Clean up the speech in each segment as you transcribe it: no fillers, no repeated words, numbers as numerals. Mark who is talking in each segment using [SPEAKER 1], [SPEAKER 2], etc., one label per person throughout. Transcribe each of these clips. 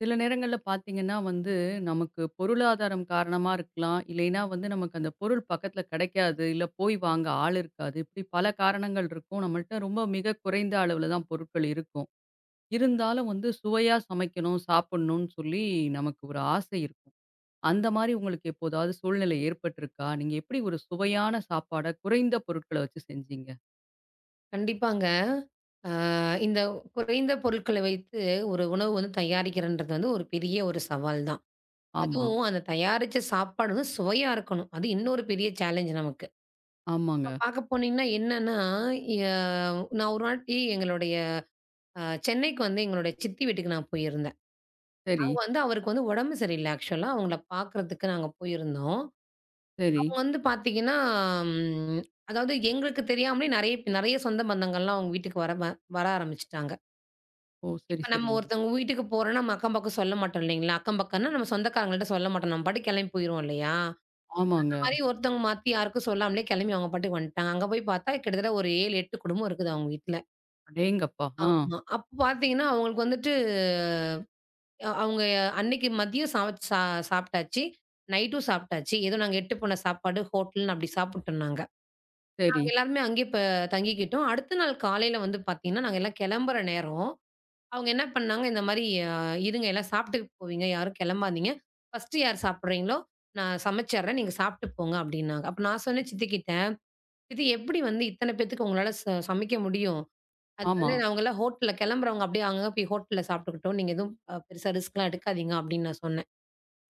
[SPEAKER 1] சில நேரங்கள்ல பார்த்தீங்கன்னா வந்து, நமக்கு பொருளாதாரம் காரணமா இருக்கலாம். இல்லைன்னா வந்து நமக்கு அந்த பொருள் பக்கத்துல கிடைக்காது. இல்ல போய் வாங்க ஆள் இருக்காது. இப்படி பல காரணங்கள் இருக்கும். நம்மள்ட்ட ரொம்ப மிக குறைந்த அளவுல தான் பொருட்கள் இருக்கும். இருந்தாலும் வந்து சுவையா சமைக்கணும், சாப்பிடணும்னு சொல்லி நமக்கு ஒரு ஆசை இருக்கும். அந்த மாரி உங்களுக்கு எப்போதாவது சூழ்நிலை ஏற்பட்டிருக்கா? நீங்க எப்படி ஒரு சுவையான சாப்பாட குறைந்த பொருட்கள வச்சு செஞ்சீங்க?
[SPEAKER 2] கண்டிப்பாங்க. ஆ இந்த குறைந்த பொருட்கள வைத்து ஒரு உணவு தயாரிக்கிறன்றது ஒரு பெரிய ஒரு சவால் தான்.
[SPEAKER 1] ஆமா.
[SPEAKER 2] அதுவும் அந்த தயாரிச்ச சாப்பாடு சுவையா இருக்கணும். அது இன்னொரு பெரிய சேலஞ்ச் நமக்கு. இப்ப
[SPEAKER 1] ஆமாங்க.
[SPEAKER 2] பாக்க போனீங்கன்னா என்னன்னா, ய நான் ஒரு வாட்டி எங்களுடைய அ சென்னைக்கு எங்களுடைய சித்தி வீட்டுக்கு நான் போயிருந்தேன்.
[SPEAKER 1] சரி,
[SPEAKER 2] அங்க அவருக்கு உடம்பு சரியில்ல ஆக்சுவலா. அவங்கள பாக்கறதுக்கு நாங்க போயிருந்தோம்.
[SPEAKER 1] சரி.
[SPEAKER 2] அவங்க பாத்தீங்கன்னா, ம் அதாவது எங்களுக்கு தெரியாமலே நெறைய நெறைய சொந்த பந்தங்கள்லாம் அவங்க வீட்டுக்கு வர ஆரம்பிச்சுட்டாங்க.
[SPEAKER 1] ஓ! சரி,
[SPEAKER 2] இப்ப நம்ம
[SPEAKER 1] சரிங்க.
[SPEAKER 2] ஒருத்தவங்க வீட்டுக்கு போறோம்ன்னா, நம்ம அக்கம் பக்கம் சொல்ல மாட்டோம் இல்லைங்களா? அக்கம் பக்கம்ன்னா நம்ம சொந்தக்காரங்கள்ட்ட சொல்ல மாட்டோம். நம்ம பாட்டுக்கு கெளம்பி போயிருவோம் இல்லையா? அந்த
[SPEAKER 1] ஆமாங்க.
[SPEAKER 2] மாரி ஒருத்தவங்க மாத்தி யாருக்கும் சொல்லாமலே கெளம்பி அவங்க பாட்டுக்கு வந்துட்டாங்க. அங்க போய் பார்த்தா கிட்டத்தட்ட ஒரு 7, 8 குடும்பம் இருக்குது அவங்க வீட்ல.
[SPEAKER 1] அடேங்கப்பா! ஆ.
[SPEAKER 2] ஆமா. அப்ப பார்த்தீங்கன்னா, அவங்களுக்கு வந்துட்டு அ அவங்க அன்னைக்கு மதியம் சமைச்சு சாப்ட்டாச்சு. நைட்டும் சாப்ட்டாச்சு. ஏதோ நாங்க எட்டு போன சாப்பாடு ஹோட்டல்ன்னு அப்படி சாப்பிட்டோம் நாங்க. நாங்க
[SPEAKER 1] சரி.
[SPEAKER 2] எல்லாருமே அங்கேயே தங்கிக்கிட்டோம். அடுத்த நாள் காலையில பார்த்தீங்கன்னா, நாங்க எல்லாம் கெளம்புற நேரம் அவங்க என்ன பண்ணாங்க, இந்த மாரி அ "இருங்க எல்லாம் சாப்பிட்டுட்டு போவீங்க, யாரும் கெளம்பாதீங்க. ஃபர்ஸ்ட்டு யார் சாப்பிடுறீங்களோ, நான் சமைச்சர்றேன். நீங்க சாப்ட்டு போங்க" அப்டின்னாங்க. அப்ப நான் சொன்னேன் சித்திக்கிட்ட, "சித்தி எப்படி இத்தன பேத்துக்கு உங்களால சமைக்க முடியும்?
[SPEAKER 1] ஆமா.
[SPEAKER 2] அதனால அவங்கலாம் ஹோட்டல்ல கெளம்புறவங்க அப்டியே அங்கங்க போய் ஹோட்டல்ல சாப்ட்டுக்கட்டும். நீங்க எதுவும் பெருசா ரிஸ்க்லாம் எடுக்காதீங்க" அப்டின்னு நான் சொன்னேன்.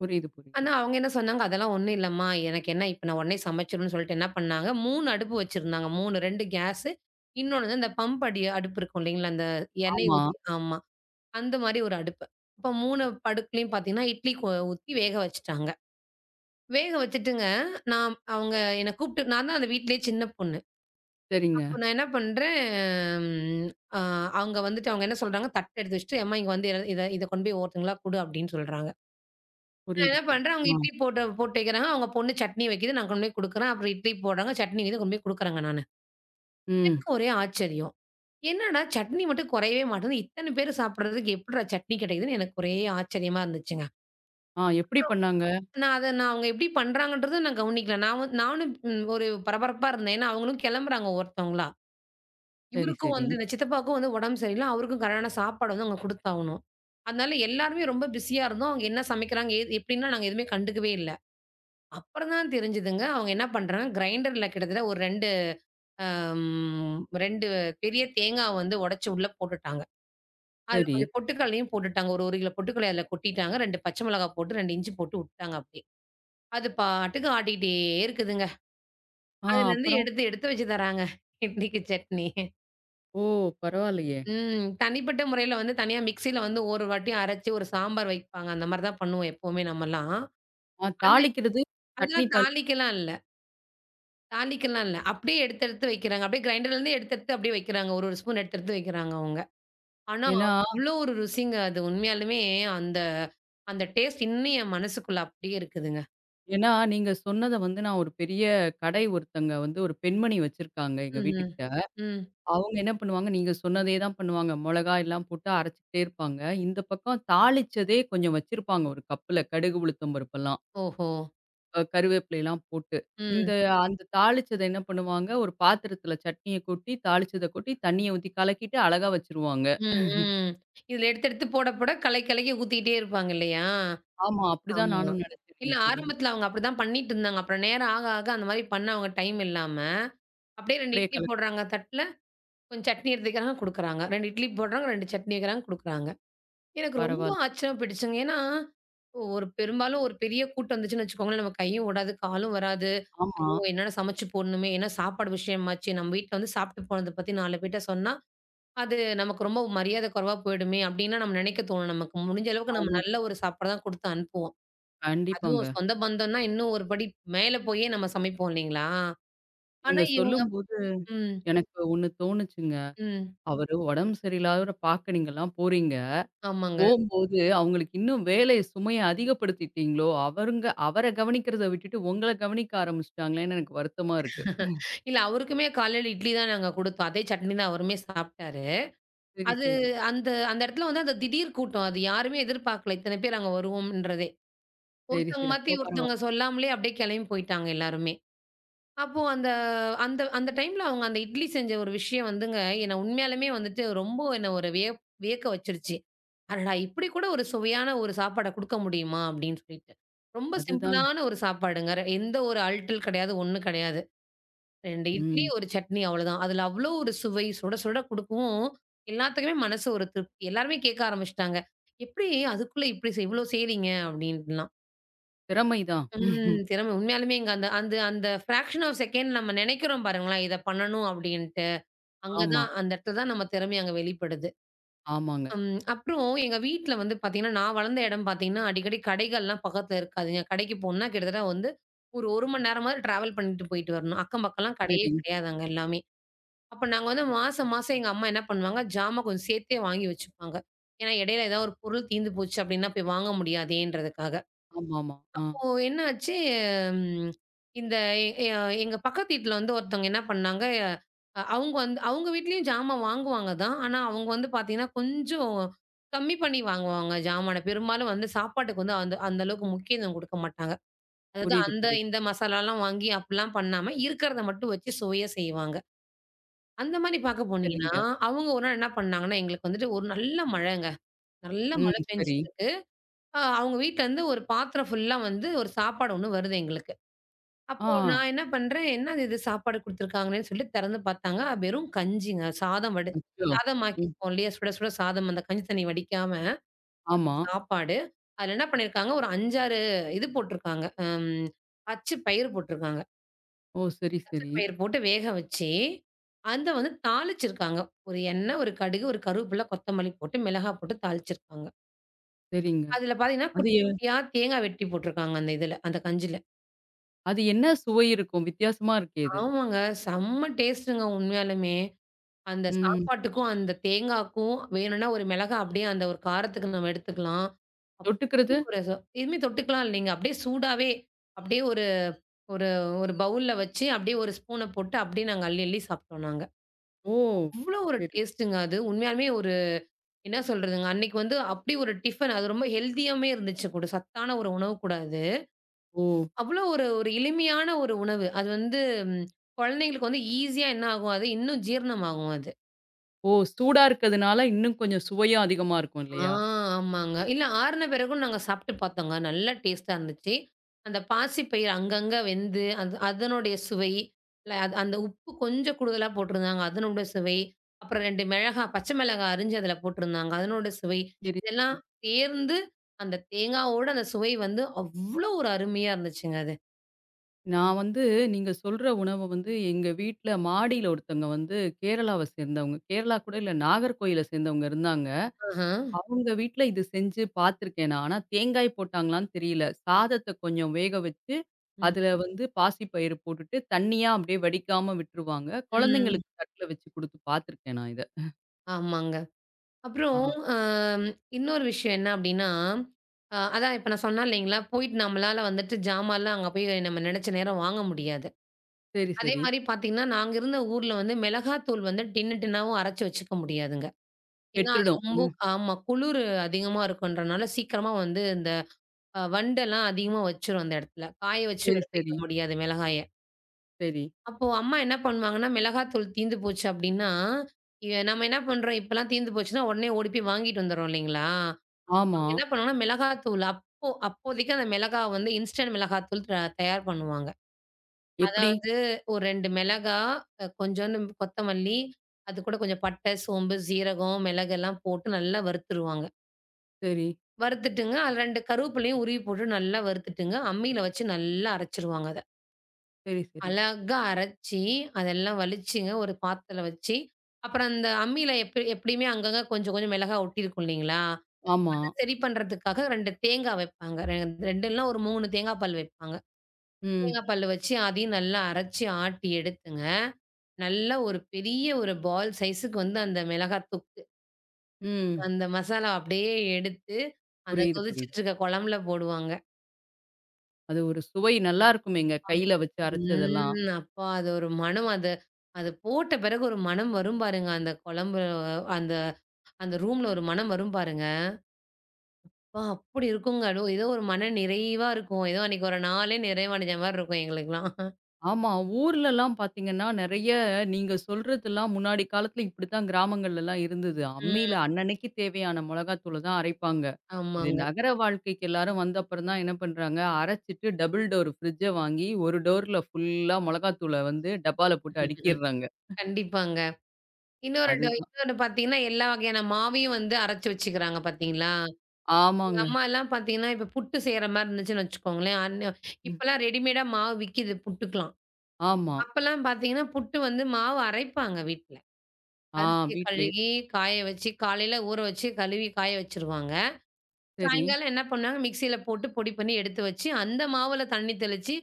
[SPEAKER 1] புரியுது, புரியுது.
[SPEAKER 2] ஆனா அவங்க என்ன சொன்னாங்க, "அதெல்லாம் ஒண்ணும் இல்லம்மா. எனக்கு என்ன இப்ப நான் உடனே சமைச்சிடணும்னு" சொல்லிட்டு என்ன பண்ணாங்க, 3 அடுப்பு வச்சிருந்தாங்க. 3 2 கேஸு, இன்னொன்னு இந்த பம்ப் அடி அடுப்பு இருக்கும் இல்லைங்களா? அந்த எண்ணெய்
[SPEAKER 1] ஆமா.
[SPEAKER 2] ஊத்தி ஆமா. அந்த மாரி ஒரு அடுப்பு. அப்ப 3 அடுப்புலயும் பார்த்தீங்கன்னா, இட்லி கொ ஊத்தி வேக வச்சுட்டாங்க. வேக வச்சுட்டுங்க, நான் அவங்க என்ன கூப்பிட்டு நான் தான் அந்த வீட்லயே சின்ன பொண்ணு.
[SPEAKER 1] சரிங்க.
[SPEAKER 2] அப்ப நான் என்ன பண்றேன், ம் அ அவங்க வந்துட்டு அவங்க என்ன சொல்றாங்க, தட்ட எடுத்து வச்சுட்டு, "அம்மா இங்க இத இத கொண்டு போய் ஒவ்வொருத்தங்களா குடு" அப்படின்னு சொல்றாங்க. நான்
[SPEAKER 1] புரியுது,
[SPEAKER 2] என்ன
[SPEAKER 1] புரியுது.
[SPEAKER 2] பண்றேன், அவங்க இட்லி
[SPEAKER 1] ஆ.
[SPEAKER 2] போட்டு போட்டு வைக்கிறாங்க. அவங்க பொண்ணு சட்னி வைக்குது, நான் கொண்டு போய் குடுக்குறேன். அப்புறம் இட்லி போடுறாங்க, சட்னி வைக்குது, கொண்டு போய் குடுக்குறேங்க நானு.
[SPEAKER 1] ம்.
[SPEAKER 2] எனக்கு ஒரே ஆச்சரியம். என்னடா சட்னி மட்டும் குறையவே மாட்டேங்குது. இத்தன பேரு சாப்பிடுறதுக்கு எப்புட்றா சட்னி கிடைக்குதுன்னு எனக்கு ஒரே ஆச்சரியமா இருந்துச்சுங்க.
[SPEAKER 1] ஆ எப்படி பண்ணாங்க?
[SPEAKER 2] நான் அவங்க எப்படி பண்றாங்கன்றத நான் கவனிக்கல. நான் வந்து நானும் ஒரு பரபரப்பா இருந்தேன். ஏன்னா, அவங்களும் கிளம்புறாங்க ஒருத்தவங்களா.
[SPEAKER 1] சரி,
[SPEAKER 2] இவருக்கும்
[SPEAKER 1] சரி,
[SPEAKER 2] இந்த சித்தப்பாவுக்கும் உடம்பு சரியில்ல. அவருக்கும் கரெக்டான சாப்பாடு அவங்க குடுத்தாகணும். அதனால எல்லாருமே ரொம்ப பிஸியா இருந்தோம். அவங்க என்ன சமைக்கிறாங்க, ஏது எப்படின்லாம் நாங்க எதுவுமே கண்டுக்கவே இல்ல. அப்புறம் தான் தெரிஞ்சுதுங்க, அவங்க என்ன பண்றாங்க, கிரைண்டர்ல கிட்டத்தட்ட ஒரு 2 ம் 2 பெரிய தேங்காவ உடைச்சு உள்ள போட்டுட்டாங்க. அதுல
[SPEAKER 1] சரி.
[SPEAKER 2] கொஞ்சம் பொட்டுக்கல்லையும் போட்டுட்டாங்க. ஒரு 1 கிலோ பொட்டுக்கல்லைய அதுல கொட்டிட்டாங்க. 2 பச்சை மிளகா போட்டு, 2 இஞ்சி போட்டு உட்டாங்க அப்படியே. அது பாட்டுக்கு ஆட்டிக்கிட்டே இருக்குதுங்க.
[SPEAKER 1] ஆ
[SPEAKER 2] அதுலருந்து
[SPEAKER 1] அப்புறம்?
[SPEAKER 2] எடுத்து எடுத்து வச்சு தராங்க. இட்லிக்கு சட்னி.
[SPEAKER 1] ஓ! பரவாயில்லையே!
[SPEAKER 2] ம். தனிப்பட்ட முறையில தனியா மிக்ஸில ஒரு வாட்டி அரைச்சு ஒரு சாம்பார் வைப்பாங்க. அந்த மாரி தான் பண்ணுவோம் எப்பவுமே நம்மலாம்.
[SPEAKER 1] ஆ
[SPEAKER 2] ஆனா
[SPEAKER 1] தாளிக்கிறது சட்னி
[SPEAKER 2] அதெல்லாம்
[SPEAKER 1] தாளி
[SPEAKER 2] தாளிக்கலாம் இல்ல. தாளிக்கலாம் இல்ல. அப்படியே எடுத்து எடுத்து வைக்கிறாங்க. அப்படியே கிரைண்டர்லருந்து எடுத்து எடுத்து அப்படியே வைக்கிறாங்க. ஒரு ஒரு ஸ்பூன் எடுத்து எடுத்து வைக்கிறாங்க அவங்க. ஆனா
[SPEAKER 1] ஏன்னா
[SPEAKER 2] அவ்ளோ ஒரு ருசிங்க அது. உண்மையாலுமே அந்த அந்த டேஸ்ட் இன்னும் என் மனசுக்குள்ள அப்படியே இருக்குதுங்க.
[SPEAKER 1] ஏன்னா நீங்க சொன்னத வந்து நான் ஒரு பெரிய கடை ஒருத்தங்க வந்து ஒரு பெண்மணி வச்சிருக்காங்க எங்க
[SPEAKER 2] ம்ஹ்ம்.
[SPEAKER 1] வீட்டுக்கிட்ட.
[SPEAKER 2] ம்.
[SPEAKER 1] அவங்க என்ன பண்ணுவாங்க, நீங்க சொன்னதே தான் பண்ணுவாங்க. மொளகா எல்லாம் போட்டு அரைச்சுக்கிட்டே இருப்பாங்க. இந்த பக்கம் தாளிச்சதே கொஞ்சம் வச்சிருப்பாங்க ஒரு கப்புல. கடுகு, உளுத்தம் பருப்பெல்லாம்.
[SPEAKER 2] ஓஹோ!
[SPEAKER 1] அ கருவேப்பிலைலாம் போட்டு.
[SPEAKER 2] ம்.
[SPEAKER 1] இந்த அந்த தாளிச்சத என்ன பண்ணுவாங்க, ஒரு பாத்திரத்தில சட்னிய கொட்டி, தாளிச்சத கொட்டி, தண்ணிய ஊத்தி கலக்கிட்டு அழகா வச்சுருவாங்க.
[SPEAKER 2] ம், ம். இதுல எடுத்து எடுத்து போட போட கலக்கி கலக்கி ஊத்திக்கிட்டே இருப்பாங்க இல்லையா?
[SPEAKER 1] ஆமா, அப்படிதான்
[SPEAKER 2] ஆமா.
[SPEAKER 1] நானும் நினைச்சேன்
[SPEAKER 2] இல்ல
[SPEAKER 1] நீங்க சொல்லும்
[SPEAKER 2] ஆரம்பத்துல அவங்க அப்படிதான் பண்ணிட்டு இருந்தாங்க. அப்புறம் நேரம் ஆக, ஆக அந்த மாரி பண்ண அவங்க டைம் இல்லாம, அப்படியே 2
[SPEAKER 1] அப்படியே
[SPEAKER 2] இட்லி
[SPEAKER 1] கலக்கு.
[SPEAKER 2] போடுறாங்க தட்டுல, கொஞ்சம் சட்னி எடுத்து வைக்கிறாங்க குடுக்குறாங்க. 2 இட்லி போடுறாங்க, 2 சட்னி வைக்கிறாங்க குடுக்குறாங்க. எனக்கு ரொம்ப
[SPEAKER 1] பரவால்ல.
[SPEAKER 2] ஆச்சரியமா போயிடுச்சுங்க. ஏன்னா, ஒரு பெரிய கூட்டம் வந்துச்சுன்னு வச்சுக்கோங்களேன், நம்ம கையும் ஓடாது, காலும் வராது.
[SPEAKER 1] ஆமா,
[SPEAKER 2] ஐயோ! என்னடா சமைச்சு போடணுமே, ஏன்னா சாப்பாடு விஷயமாச்சு. நம்ம வீட்ல சாப்பிட்டு போனத பத்தி 4 பேர்ட்ட சொன்னா, அது நமக்கு ரொம்ப மரியாதை குறைவா போயிடுமே, அப்படின்லாம் நம்ம நினைக்க தோணும் நமக்கு. முடிஞ்ச அளவுக்கு நம்ம
[SPEAKER 1] ஆமா.
[SPEAKER 2] நல்ல ஒரு சாப்பாடு தான் குடுத்து அனுப்புவோம்.
[SPEAKER 1] கண்டிப்பாங்க.
[SPEAKER 2] அதுவும் சொந்த பந்தம்னா இன்னும் ஒரு படி மேல போயே நம்ம சமைப்போம் இல்லைங்களா? ஆனா
[SPEAKER 1] நீங்க
[SPEAKER 2] இவ்
[SPEAKER 1] சொல்லும்போது
[SPEAKER 2] ம்,
[SPEAKER 1] எனக்கு ஒண்ணு தோணுச்சுங்க.
[SPEAKER 2] ம்.
[SPEAKER 1] அவரு உடம்பு சரியில்லாதவர பார்க்க நீங்கலாம் போறீங்க.
[SPEAKER 2] ஆமாங்க.
[SPEAKER 1] போம்போது அவங்களுக்கு இன்னும் வேலைய சுமைய அதிகப்படுத்திட்டீங்களோ, அவருங்க அவர கவனிக்கிறத விட்டுட்டு உங்கள கவனிக்க ஆரம்பிச்சுட்டாங்களேன்னு எனக்கு வருத்தமா இருக்கு.
[SPEAKER 2] இல்ல அவருக்குமே காலையில இட்லி தான் நாங்க குடுத்தோம். அதே சட்னி தான் அவருமே சாப்ட்டாரு.
[SPEAKER 1] சரி,
[SPEAKER 2] அது
[SPEAKER 1] சரி.
[SPEAKER 2] அந்த அந்த இடத்துல அந்த திடீர் கூட்டம். அது யாருமே எதிர்பார்க்கல. இத்தன பேர் அங்க வருவோம்ன்றதே.
[SPEAKER 1] சரி,
[SPEAKER 2] ஒருத்தவங்க
[SPEAKER 1] சரி.
[SPEAKER 2] மாத்தி
[SPEAKER 1] அப்போ
[SPEAKER 2] ஒருத்தவங்க
[SPEAKER 1] பரவால்ல.
[SPEAKER 2] சொல்லாமலே அப்படியே கெளம்பி போயிட்டாங்க எல்லாருமே. அப்போ அந்த அந்த அந்த டைம்ல அவங்க அந்த இட்லி செஞ்ச ஒரு விஷயம் வந்துங்க, என்ன உண்மையாலுமே வந்துட்டு ரொம்ப என்ன ஒரு வியக்க வச்சுருச்சு. அடடா! இப்படி கூட ஒரு சுவையான ஒரு சாப்பாட குடுக்க முடியுமா? அப்படின்னு சொல்லிட்டு. ரொம்ப
[SPEAKER 1] அதுதாங்க.
[SPEAKER 2] சிம்பிளான ஒரு சாப்பாடுங்க. எந்த ஒரு அல்ட்டல் கிடையாது, ஒண்ணும் கிடையாது. 2 இட்லி,
[SPEAKER 1] ம்.
[SPEAKER 2] 1 சட்னி அவ்வளோதான். அதுல அவ்வளோ ஒரு சுவை சுட சுட குடுக்கவும், எல்லாத்துக்குமே மனசு ஒரு திருப்தி. எல்லாருமே கேட்க ஆரம்பிச்சுட்டாங்க. எப்படி அதுக்குள்ள இப்படி இவ்வளோ செய்றீங்க? அப்படின்ட்டுலாம்.
[SPEAKER 1] திறமைதான்.
[SPEAKER 2] ம். திறமை உண்மையாலுமே இங்க அந்த அந்த அந்த ஃபிராக்ஷன் ஆஃப் செகண்ட் நம்ம நினைக்கிறோம் பாருங்களேன், இத பண்ணணும் அப்டின்ட்டு. அங்க
[SPEAKER 1] ஆமா,
[SPEAKER 2] தான் அந்த இடத்துல தான் நம்ம திறமை அங்க வெளிப்படுது.
[SPEAKER 1] ஆமாங்க.
[SPEAKER 2] ம். அப்புறம் எங்க வீட்ல பார்த்தீங்கன்னா, நான் வளர்ந்த இடம் பார்த்தீங்கன்னா, அடிக்கடி கடைகள்லாம் பக்கத்துல இருக்காதுங்க. கடைக்கு போணும்னா கிட்டத்தட்ட ஒரு 1 மணி நேரமாவது டிராவல் பண்ணிட்டு போயிட்டு வரணும். அக்கம் பக்கம்லாம் கடையே
[SPEAKER 1] சரிங்க.
[SPEAKER 2] கிடையாது அங்க எல்லாமே. அப்ப நாங்க மாசம் மாசம் எங்க அம்மா என்ன பண்ணுவாங்க, ஜாமான் கொஞ்சம் சேர்த்தே வாங்கி வச்சுப்பாங்க. ஏன்னா இடையில ஏதாவது ஒரு பொருள் தீர்ந்து போச்சு அப்டின்னா போய் வாங்க முடியாதேன்றதுக்காக.
[SPEAKER 1] ஆமாமா. ஆ.
[SPEAKER 2] அப்போ என்னாச்சு, ம் இந்த எ எ- எங்க பக்கத்து வீட்ல ஒருத்தவங்க என்ன பண்ணாங்க, அவங்க அவங்க வீட்லயும் ஜாமான் வாங்குவாங்க தான். ஆனா, அவங்க பார்த்தீங்கன்னா, கொஞ்சம் கம்மி பண்ணி வாங்குவாங்க ஜாமான. பெரும்பாலும் சாப்பாட்டுக்கு அந்த அந்த அளவுக்கு முக்கியத்துவம் குடுக்க மாட்டாங்க. அதாவது
[SPEAKER 1] புரியுது,
[SPEAKER 2] அந்த
[SPEAKER 1] புரியுது.
[SPEAKER 2] இந்த மசாலாலாம் வாங்கி அப்படிலாம் பண்ணாம, இருக்கிறத மட்டும் வச்சு சுவையா செய்வாங்க. அந்த மாரி பார்க்க போனீங்கன்னா,
[SPEAKER 1] சரிங்க.
[SPEAKER 2] அவங்க ஒரு நாள் என்ன பண்ணாங்கன்னா, எங்களுக்கு வந்துட்டு ஒரு நல்ல மழைங்க. நல்ல மழை
[SPEAKER 1] ம். சரி.
[SPEAKER 2] பெஞ்சுட்டு இருக்கு. அவங்க வீட்ல இருந்து ஒரு பாத்திரம் ஃபுல்லா ஒரு சாப்பாடு ஒண்ணு வருது எங்களுக்கு. அப்போ
[SPEAKER 1] ஆ.
[SPEAKER 2] நான் என்ன பண்றேன், "என்னது இது இது சாப்பாடு குடுத்துருக்காங்களேன்னு" சொல்லி திறந்து பார்த்தாங்க, அது வெறும் கஞ்சிங்க.
[SPEAKER 1] அச்சோ!
[SPEAKER 2] சாதம்
[SPEAKER 1] ம்.
[SPEAKER 2] ஆக்கியிருப்போம் இல்லையா? சுட சுட சாதம் அந்த கஞ்சி தண்ணி வடிக்காம
[SPEAKER 1] ஆமா.
[SPEAKER 2] சாப்பாடு. அதில என்ன பண்ணியிருக்காங்க, ஒரு 5, 6 இது போட்டிருக்காங்க. ம் பச்சை பயிறு போட்டிருக்காங்க.
[SPEAKER 1] ஓ! சரி,
[SPEAKER 2] பச்சை
[SPEAKER 1] சரி.
[SPEAKER 2] பயிறு போட்டு வேக வச்சு, அத தாளிச்சிருக்காங்க. ஒரு எண்ணெய், ஒரு கடுகு, ஒரு கருவேப்பில, கொத்தமல்லி போட்டு, மிளகாய் போட்டு தாளிச்சிருக்காங்க.
[SPEAKER 1] சரிங்க.
[SPEAKER 2] அதில பார்த்தீங்கன்னா,
[SPEAKER 1] அது
[SPEAKER 2] குட்டி
[SPEAKER 1] எ
[SPEAKER 2] குட்டியா தேங்காய் வெட்டி போட்டிருக்காங்க அந்த இதில, அந்த கஞ்சில.
[SPEAKER 1] அது என்ன சுவை இருக்கும்? வித்தியாசமா இருக்கே இது.
[SPEAKER 2] ஆமாங்க. செம்ம டேஸ்ட்டுங்க உண்மையாலுமே. அந்த
[SPEAKER 1] ம்.
[SPEAKER 2] சாப்பாட்டுக்கும், அந்த தேங்காய்க்கும் வேணும்னா ஒரு மிளகா அப்படியே அந்த ஒரு காரத்துக்கு நம்ம எடுத்துக்கலாம்.
[SPEAKER 1] தொட்டுக்கிறது?
[SPEAKER 2] அப்படியே ஒரு ச எதுவுமே தொட்டுக்கலாம் இல்லைங்க. அப்படியே சூடாவே அப்படியே ஒரு ஒரு ஒரு பவுல்ல வச்சு அப்படியே ஒரு ஸ்பூன போட்டு அப்படியே நாங்க அள்ளி அள்ளி சாப்பிட்டோம் நாங்க.
[SPEAKER 1] ஓ!
[SPEAKER 2] அவ்வளோ ஒரு
[SPEAKER 1] சரி.
[SPEAKER 2] டேஸ்ட்டுங்க அது. உண்மையாலுமே ஒரு என்ன சொல்றதுங்க, அன்னைக்கு அப்படி ஒரு டிஃபன் அது ரொம்ப ஹெல்தியாவுமே இருந்துச்சு கூட. சத்தான ஒரு உணவு கூட அது.
[SPEAKER 1] ஓ!
[SPEAKER 2] அவ்வளோ ஒரு ஒரு எளிமையான ஒரு உணவு. அது வந்து ம் குழந்தைங்களுக்கு ஈஸியா என்ன ஆகும் அது இன்னும் ஜீரணமாகும் அது.
[SPEAKER 1] ஓ! சூடா இருக்கிறதுனால இன்னும் கொஞ்சம் சுவையும் அதிகமா இருக்கும்
[SPEAKER 2] ஆ
[SPEAKER 1] இல்லையா?
[SPEAKER 2] ஆமாங்க. இல்ல ஆறுன பிறகும் நாங்க சாப்பிட்டு பார்த்தோங்க. நல்லா டேஸ்ட்டா இருந்துச்சு. அந்த பாசிப்பயிறு அங்கங்க வெந்து, அது அதனுடைய சுவை, இல்ல அது அந்த உப்பு கொஞ்சம் கூடுதலா போட்டிருந்தாங்க. அதனுடைய சுவை, அப்புறம் 2 மிளகா, பச்சை மிளகா அரிஞ்சு அதில போட்டிருந்தாங்க. அதனுடைய சுவை,
[SPEAKER 1] சரி.
[SPEAKER 2] இதெல்லாம் சேர்ந்து அந்த தேங்காவோட அந்த சுவை அவ்ளோ ஒரு அருமையா இருந்துச்சுங்க அது.
[SPEAKER 1] நான் வந்து நீங்க சொல்ற உணவ வந்து எங்க வீட்ல மாடியில ஒருத்தவங்க வந்து கேரளாவ சேர்ந்தவங்க. கேரளா கூட இல்ல நாகர்கோயில சேர்ந்தவங்க இருந்தாங்க.
[SPEAKER 2] ஆஹ.
[SPEAKER 1] அவங்க வீட்ல இது செஞ்சு பார்த்துருக்கேன் நான். ஆனா தேங்காய் போட்டாங்களான்னு தெரியல. சாதத்த கொஞ்சம் வேக வச்சு,
[SPEAKER 2] ம்.
[SPEAKER 1] அதுல வந்து பாசிப்பயிறு போட்டுட்டு, தண்ணியா அப்படியே வடிக்காம விட்டுருவாங்க.
[SPEAKER 2] ம்.
[SPEAKER 1] குழந்தைங்களுக்கு தட்ல வச்சு குடுத்து பார்த்துருக்கேன் நான் இத.
[SPEAKER 2] ஆமாங்க. அப்புறம்
[SPEAKER 1] ஆ
[SPEAKER 2] அம் இன்னொரு விஷயம் என்ன அப்டின்னா, அதான் இப்ப நான் சொன்னேன் இல்லைங்களா, போயிட்டு நம்மளால வந்துட்டு ஜாமான்லாம் அங்க போய் நம்ம நெனச்ச நேரம் வாங்க முடியாது.
[SPEAKER 1] சரி,
[SPEAKER 2] அதே
[SPEAKER 1] சரி.
[SPEAKER 2] மாரி பாத்தீங்கன்னா, நாங்க இருந்த ஊர்ல மிளகாத்தூள் டின்னு டின்னாவும் அரைச்சு வச்சுக்க முடியாதுங்க. ஏன்னா அது
[SPEAKER 1] கெட்டுடும்.
[SPEAKER 2] ரொம்ப
[SPEAKER 1] ம்.
[SPEAKER 2] ஆமா குளிரு அதிகமா இருக்குன்றனால சீக்கிரமா வந்து இந்த அ வண்டெல்லாம் அதிகமா வச்சுரும் அந்த இடத்துல. காய வச்சு
[SPEAKER 1] சரி,
[SPEAKER 2] எடுத்து வைக்க
[SPEAKER 1] சரி,
[SPEAKER 2] முடியாது மிளகாய.
[SPEAKER 1] சரி.
[SPEAKER 2] அப்போ அம்மா என்ன பண்ணுவாங்கன்னா, மிளகாத்தூள் தீந்து போச்சு அப்டின்னா, நம்ம என்ன பண்றோம் இப்பலாம் தீந்து போச்சுன்னா, உடனே ஓடி போய் வாங்கிட்டு வந்துர்றோம் இல்லைங்களா?
[SPEAKER 1] ஆமா.
[SPEAKER 2] அவங்க என்ன பண்ணுவாங்கன்னா, மிளகாத்தூள் அப்போ அப்போதைக்கு அந்த மிளகாவ இன்ஸ்டன்ட் மிளகாத்தூள் தயார் பண்ணுவாங்க.
[SPEAKER 1] எப்படி?
[SPEAKER 2] அதாவது ஒரு 2 மிளகா, கொஞ்சோண்டு கொத்தமல்லி, அது கூட கொஞ்சம் பட்டை, சோம்பு, சீரகம், மிளகு எல்லாம் போட்டு நல்லா வறுத்துருவாங்க.
[SPEAKER 1] சரி,
[SPEAKER 2] வறுத்துட்டுங்க, அதில 2 கருவேப்பிலையும் உருவி போட்டு நல்லா வறுத்துட்டுங்க, அம்மியில வச்சு நல்லா அரைச்சுருவாங்க அத.
[SPEAKER 1] சரி, சரி.
[SPEAKER 2] அழகா அரைச்சு, அதெல்லாம் வலிச்சுங்க ஒரு பாத்திரத்தில வச்சு, அப்புறம் அந்த அம்மியில எப்படியுமே அங்கங்க கொஞ்சம் கொஞ்சம் மிளகா ஒட்டியிருக்கும் இல்லைங்களா?
[SPEAKER 1] ஆமா.
[SPEAKER 2] சரி பண்றதுக்காக 2 தேங்கா வைப்பாங்க. 2 இல்லனா ஒரு 3 தேங்கா பல் வைப்பாங்க.
[SPEAKER 1] ம்,
[SPEAKER 2] தேங்கா பல் வச்சு அதையும் நல்லா அரைச்சு ஆட்டி எடுத்துங்க. நல்லா ஒரு பெரிய ஒரு பால் சைஸுக்கு அந்த மிளகாய் தூக்கு,
[SPEAKER 1] ம்.
[SPEAKER 2] அந்த மசாலா அப்படியே எடுத்து, அந்த
[SPEAKER 1] புரியுது, புரியுது.
[SPEAKER 2] கொதிச்சிட்டு இருக்க குழம்புல போடுவாங்க.
[SPEAKER 1] அது ஒரு சுவை நல்லா இருக்குமேங்க. கையில வச்சு அரைச்சதெல்லாம்.
[SPEAKER 2] ம். அப்பா அது ஒரு மணம் அது அது போட்ட பிறகு ஒரு மணம் வரும் பாருங்க. அந்த குழம்பு அந்த அந்த ரூம்ல ஒரு மணம் வரும் பாருங்க. அப்பா! அப்படி இருக்குங்க. அதுவும் ஏதோ ஒரு மன நிறைவா இருக்கும். ஏதோ அன்னைக்கு ஒரு நாளே நிறைவடைஞ்ச மாரி இருக்கும் எங்களுக்கெல்லாம்.
[SPEAKER 1] ஆமா. ஊர்லலாம் பார்த்தீங்கன்னா, நெறைய நீங்க சொல்றதெல்லாம் முன்னாடி காலத்துல இப்படித்தான் கிராமங்கள்லலாம் இருந்தது. அம்மில
[SPEAKER 2] ம்.
[SPEAKER 1] அன்னன்னைக்கு தேவையான மொளகாத்தூள தான் அரைப்பாங்க. இது
[SPEAKER 2] ஆமாங்க.
[SPEAKER 1] நகர வாழ்க்கைக்கு எல்லாரும் வந்த அப்புறம் தான் என்ன பண்றாங்க, அரைச்சுட்டு டபுள் டோர் ஃப்ரிட்ஜ வாங்கி, ஒரு டோர்ல ஃபுல்லா மொளகாத்தூள வந்து டப்பால போட்டு அடுக்கிர்றாங்க.
[SPEAKER 2] கண்டிப்பாங்க. இன்னொரு ட
[SPEAKER 1] அதுதான்.
[SPEAKER 2] இன்னொன்னு பார்த்தீங்கன்னா, எல்லா வகையான மாவையும் அரைச்சு வச்சுக்கிறாங்க பார்த்தீங்களா? எங்க
[SPEAKER 1] ஆமாங்க.
[SPEAKER 2] அம்மாலாம் பார்த்தீங்கன்னா, இப்ப புட்டு செய்ற மாரி இருந்துச்சுன்னு வச்சுக்கோங்களேன்,
[SPEAKER 1] ம்.
[SPEAKER 2] இப்பலாம் ரெடிமேடா மாவு விக்கிது புட்டுக்கலாம்.
[SPEAKER 1] ஆமா.
[SPEAKER 2] அப்பலாம் பார்த்தீங்கன்னா, புட்டு மாவு அரைப்பாங்க வீட்ல.
[SPEAKER 1] ஆ
[SPEAKER 2] அரிசிய
[SPEAKER 1] வீட்லயே.
[SPEAKER 2] கழுகி, காய வச்சு, காலையில ஊற வச்சு, கழுவி காய வச்சுருவாங்க.
[SPEAKER 1] சரி.
[SPEAKER 2] சாயங்காலம் என்ன பண்ணாங்க, மிக்ஸியில போட்டு பொடி பண்ணி எடுத்து வச்சு, அந்த மாவுல தண்ணி தெளிச்சு,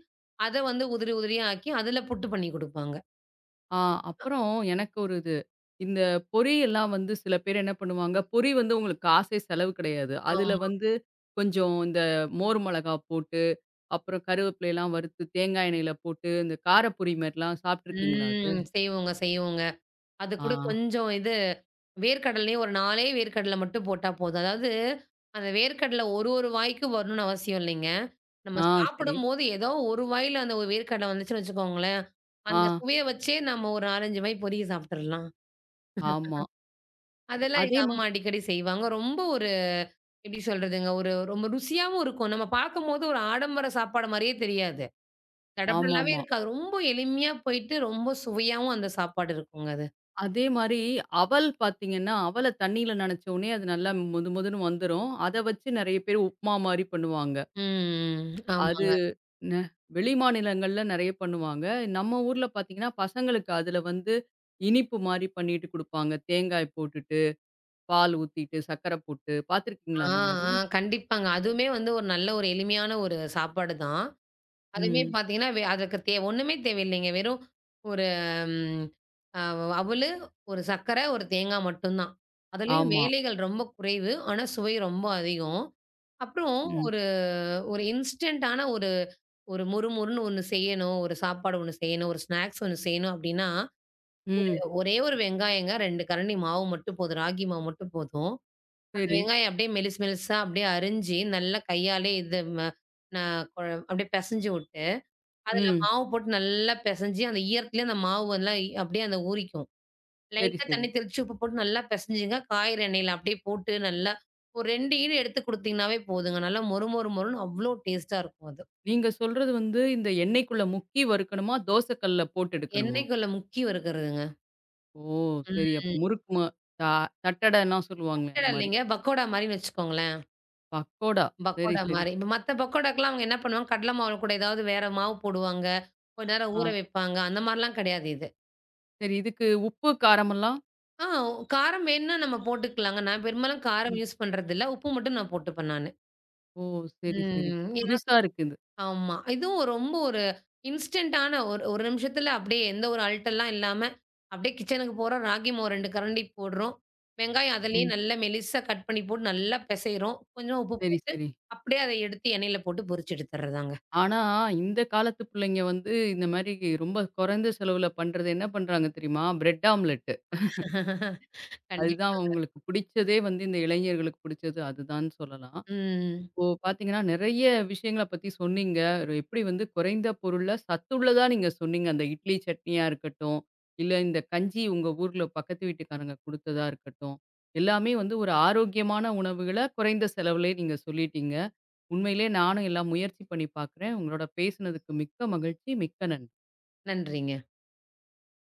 [SPEAKER 2] அத உதிரி உதிரியா ஆக்கி, அதுல புட்டு பண்ணி குடுப்பாங்க.
[SPEAKER 1] ஆ அப்புறம் எனக்கு ஒரு இது. இந்த பொரியெல்லாம் வந்து சில பேர் என்ன பண்ணுவாங்க, பொரி வந்து உங்களுக்கு காசே செலவு கிடையாது. அதுல
[SPEAKER 2] ஆமா.
[SPEAKER 1] வந்து கொஞ்சம் இந்த மோர் மிளகா போட்டு, அப்புறம் கருவேப்பிலைலாம் வறுத்து தேங்காய் எண்ணெயில போட்டு, இந்த கார பொரி மாரிலாம் சாப்ட்டுருக்கீங்களா அது?
[SPEAKER 2] ம். செய்வோங்க, செய்வோங்க. அது
[SPEAKER 1] ஆ,
[SPEAKER 2] கூட கொஞ்சம் இது வேர்க்கடலையும் ஒரு 4 வேர்க்கடல மட்டும் போட்டா போதும். அதாவது அந்த வேர்க்கடல ஒரு ஒரு வாய்க்கு வரணும்னு அவசியம் இல்லைங்க. நம்ம
[SPEAKER 1] ஆ சரி.
[SPEAKER 2] சாப்பிடும்போது ஏதோ ஒரு வாயில அந்த ஒரு வேர்க்கடல வந்துச்சுன்னு வச்சுக்கோங்களேன், அந்த
[SPEAKER 1] ஆ,
[SPEAKER 2] சுவைய வச்சே நம்ம ஒரு 4, 5 வாய் பொறுக்கி சாப்பிட்டுறலாம்.
[SPEAKER 1] ஆமா.
[SPEAKER 2] அதெல்லாம் எங்க
[SPEAKER 1] அதே மா
[SPEAKER 2] அம்மா அடிக்கடி செய்வாங்க. ரொம்ப ஒரு எப்படி சொல்றதுங்க? ஒரு ரொம்ப ருசியாவும் இருக்கும். நம்ம பார்க்கும்போது ஒரு ஆடம்பர சாப்பாடு மாரியே தெரியாது. தடபடலாவே
[SPEAKER 1] ஆமாமா.
[SPEAKER 2] இருக்காது. ரொம்ப எளிமையா போயிட்டு, ரொம்ப சுவையாவும் அந்த சாப்பாடு இருக்குங்க அது.
[SPEAKER 1] அதே மாரி அவல் பாத்தீங்கன்னா, அவல தண்ணீல நனைச்ச உடனே அது நல்லா மொது மொதுன்னு வந்துரும். அத வச்சு நெறைய பேர் உப்மா மாரி பண்ணுவாங்க.
[SPEAKER 2] ம்.
[SPEAKER 1] அது
[SPEAKER 2] ஆமாங்க.
[SPEAKER 1] ந வெளி மாநிலங்கள்ல நெறைய பண்ணுவாங்க. நம்ம ஊர்ல பார்த்தீங்கன்னா, பசங்களுக்கு அதுல வந்து இனிப்பு மாரி பண்ணிட்டு குடுப்பாங்க. தேங்காய் போட்டுட்டு, பால் ஊத்திட்டு, சர்க்கர போட்டு பார்த்துருக்கீங்களா
[SPEAKER 2] ஆ,
[SPEAKER 1] அந்த மாரி?
[SPEAKER 2] ஆ. கண்டிப்பாங்க. அதுவுமே ஒரு நல்ல ஒரு எளிமையான ஒரு சாப்பாடு தான். அதுவுமே
[SPEAKER 1] ம்.
[SPEAKER 2] பார்த்தீங்கன்னா, அதுக்கு ஒண்ணுமே தேவையில்லைங்க. வெறும் ஒரு ம் அ அவலு, ஒரு சர்க்கரை, ஒரு தேங்காய் மட்டும் தான். அதுலயும்
[SPEAKER 1] ஆமா.
[SPEAKER 2] வேலைகள் ரொம்ப குறைவு. ஆனா சுவை ரொம்ப அதிகம். அப்புறம்
[SPEAKER 1] ம்.
[SPEAKER 2] ஒரு இன்ஸ்டன்ட்டான ஒரு ஒரு மொறுமொறுன்னு ஒண்ணு செய்யணும். ஒரு சாப்பாடு ஒண்ணு செய்யணும். ஒரு ஸ்நாக்ஸ் ஒண்ணு செய்யணும் அப்டின்னா,
[SPEAKER 1] ம்.
[SPEAKER 2] ஒரே ஒரு வெங்காயங்க, 2 கரண்டி மாவு மட்டும் போதும். ராகி மாவு மட்டும் போதும். அந்த
[SPEAKER 1] சரி.
[SPEAKER 2] வெங்காயம் அப்டியே மெலிசு மெலிசா அப்டியே அரிஞ்சு, நல்லா கையாலே இது ம ந கொ அப்டியே பெசஞ்சு விட்டு, அதுல
[SPEAKER 1] ம்.
[SPEAKER 2] மாவு போட்டு நல்லா பெசஞ்சு, அந்த ஈரத்துலயே அந்த மாவு எல்லாம் அப்டியே அந்த ஊறிக்கும்.
[SPEAKER 1] சரி,
[SPEAKER 2] லைட்டா
[SPEAKER 1] சரி.
[SPEAKER 2] தண்ணி தெளிச்சு உப்பு போட்டு நல்லா பெசஞ்சுங்க. காய்கறி எண்ணெயில அப்டியே போட்டு நல்லா ஒரு 2 ஈடு எடுத்து குடுத்தீங்கன்னாவே போதுங்க. நல்லா மொறு மொறு மொறுன்னு அவ்ளோ டேஸ்ட்டா இருக்கும் அது.
[SPEAKER 1] நீங்க சொல்றது வந்து இந்த எண்ணெய்க்குள்ள முக்கி வறுக்கணுமா? தோசை கல்ல போட்டு எடுக்கணுமா?
[SPEAKER 2] எண்ணெய்க்குள்ள முக்கி வறுக்கிறதுங்க.
[SPEAKER 1] ஓ! சரி. அப்ப
[SPEAKER 2] ம்.
[SPEAKER 1] முறுக்கு மா த தட்டடலாம் சொல்லுவாங்களே அந்த
[SPEAKER 2] பக்கோடா
[SPEAKER 1] மாரி.
[SPEAKER 2] இல்லைங்க. பக்கோடா மாரின்னு வச்சுக்கோங்களேன்.
[SPEAKER 1] பக்கோடா. சரி,
[SPEAKER 2] பக்கோடா
[SPEAKER 1] சரி.
[SPEAKER 2] மாரி. இப்ப மத்த பக்கோடாக்கெல்லாம் அவங்க என்ன பண்ணுவாங்க, கடல மாவு கூட ஏதாவது வேற மாவு போடுவாங்க. கொஞ்ச நேரம் ஊற
[SPEAKER 1] ஆ.
[SPEAKER 2] வைப்பாங்க. அந்த மாரிலாம் கிடையாது இது.
[SPEAKER 1] சரி இதுக்கு உப்பு, காரமெல்லாம்?
[SPEAKER 2] ஆ காரம் வேணும்னா நம்ம போட்டுக்கலாங்க. நான் பெரும்பாலும் காரம் யூஸ் பண்றதில்ல. உப்பு மட்டும் நான் போட்டுப்பேன் நானு.
[SPEAKER 1] ஓ! சரி, சரி.
[SPEAKER 2] ம்.
[SPEAKER 1] புதுசா இருக்கு இது.
[SPEAKER 2] ஆமா. இதுவும் ரொம்ப ஒரு இன்ஸ்டன்டான ஒரு ஒரு நிமிஷத்துல அப்படியே எந்த ஒரு அல்டல்லாம் இல்லாம, அப்படியே கிச்சனுக்கு போறோம். ராகி மாவு 2 கரண்டி போடுறோம். வெங்காயம் அதிலேயே
[SPEAKER 1] ம்.
[SPEAKER 2] நல்லா மெலிசா கட் பண்ணி போட்டு நல்லா பெசைறோம். கொஞ்சம் உப்பு
[SPEAKER 1] சரி, சரி.
[SPEAKER 2] அப்படியே அத எடுத்து எண்ணெயில போட்டு பொரிச்சு எடுத்துர்றதாங்க.
[SPEAKER 1] ஆனா, இந்த காலத்து புள்ளைங்க வந்து இந்த மாரி ரொம்ப குறைந்த செலவுல பண்றது என்ன பண்றாங்க தெரியுமா? Bread omelette. அதுதான்
[SPEAKER 2] கண்டிப்பாங்க.
[SPEAKER 1] அவங்களுக்கு பிடிச்சதே வந்து இந்த இளைஞர்களுக்கு பிடிச்சது அதுதான்னு சொல்லலாம்.
[SPEAKER 2] ம்.
[SPEAKER 1] இப்போ பார்த்தீங்கன்னா, நெறைய விஷயங்கள பத்தி சொன்னீங்க. ஒரு எப்படி வந்து குறைந்த பொருள்ல சத்துள்ளதா நீங்க சொன்னீங்க. அந்த இட்லி சட்னியா இருக்கட்டும், இல்ல இந்த கஞ்சி உங்க ஊர்ல பக்கத்து வீட்டுக்காரங்க குடுத்ததா இருக்கட்டும். எல்லாமே வந்து ஒரு ஆரோக்கியமான உணவுகள குறைந்த செலவுலயே நீங்க சொல்லிட்டீங்க. உண்மையிலேயே நானும் எல்லாம் முயற்சி பண்ணி பார்க்குறேன். உங்களோட பேசுனதுக்கு மிக்க மகிழ்ச்சி. மிக்க நன்றி.
[SPEAKER 2] நன்றிங்க.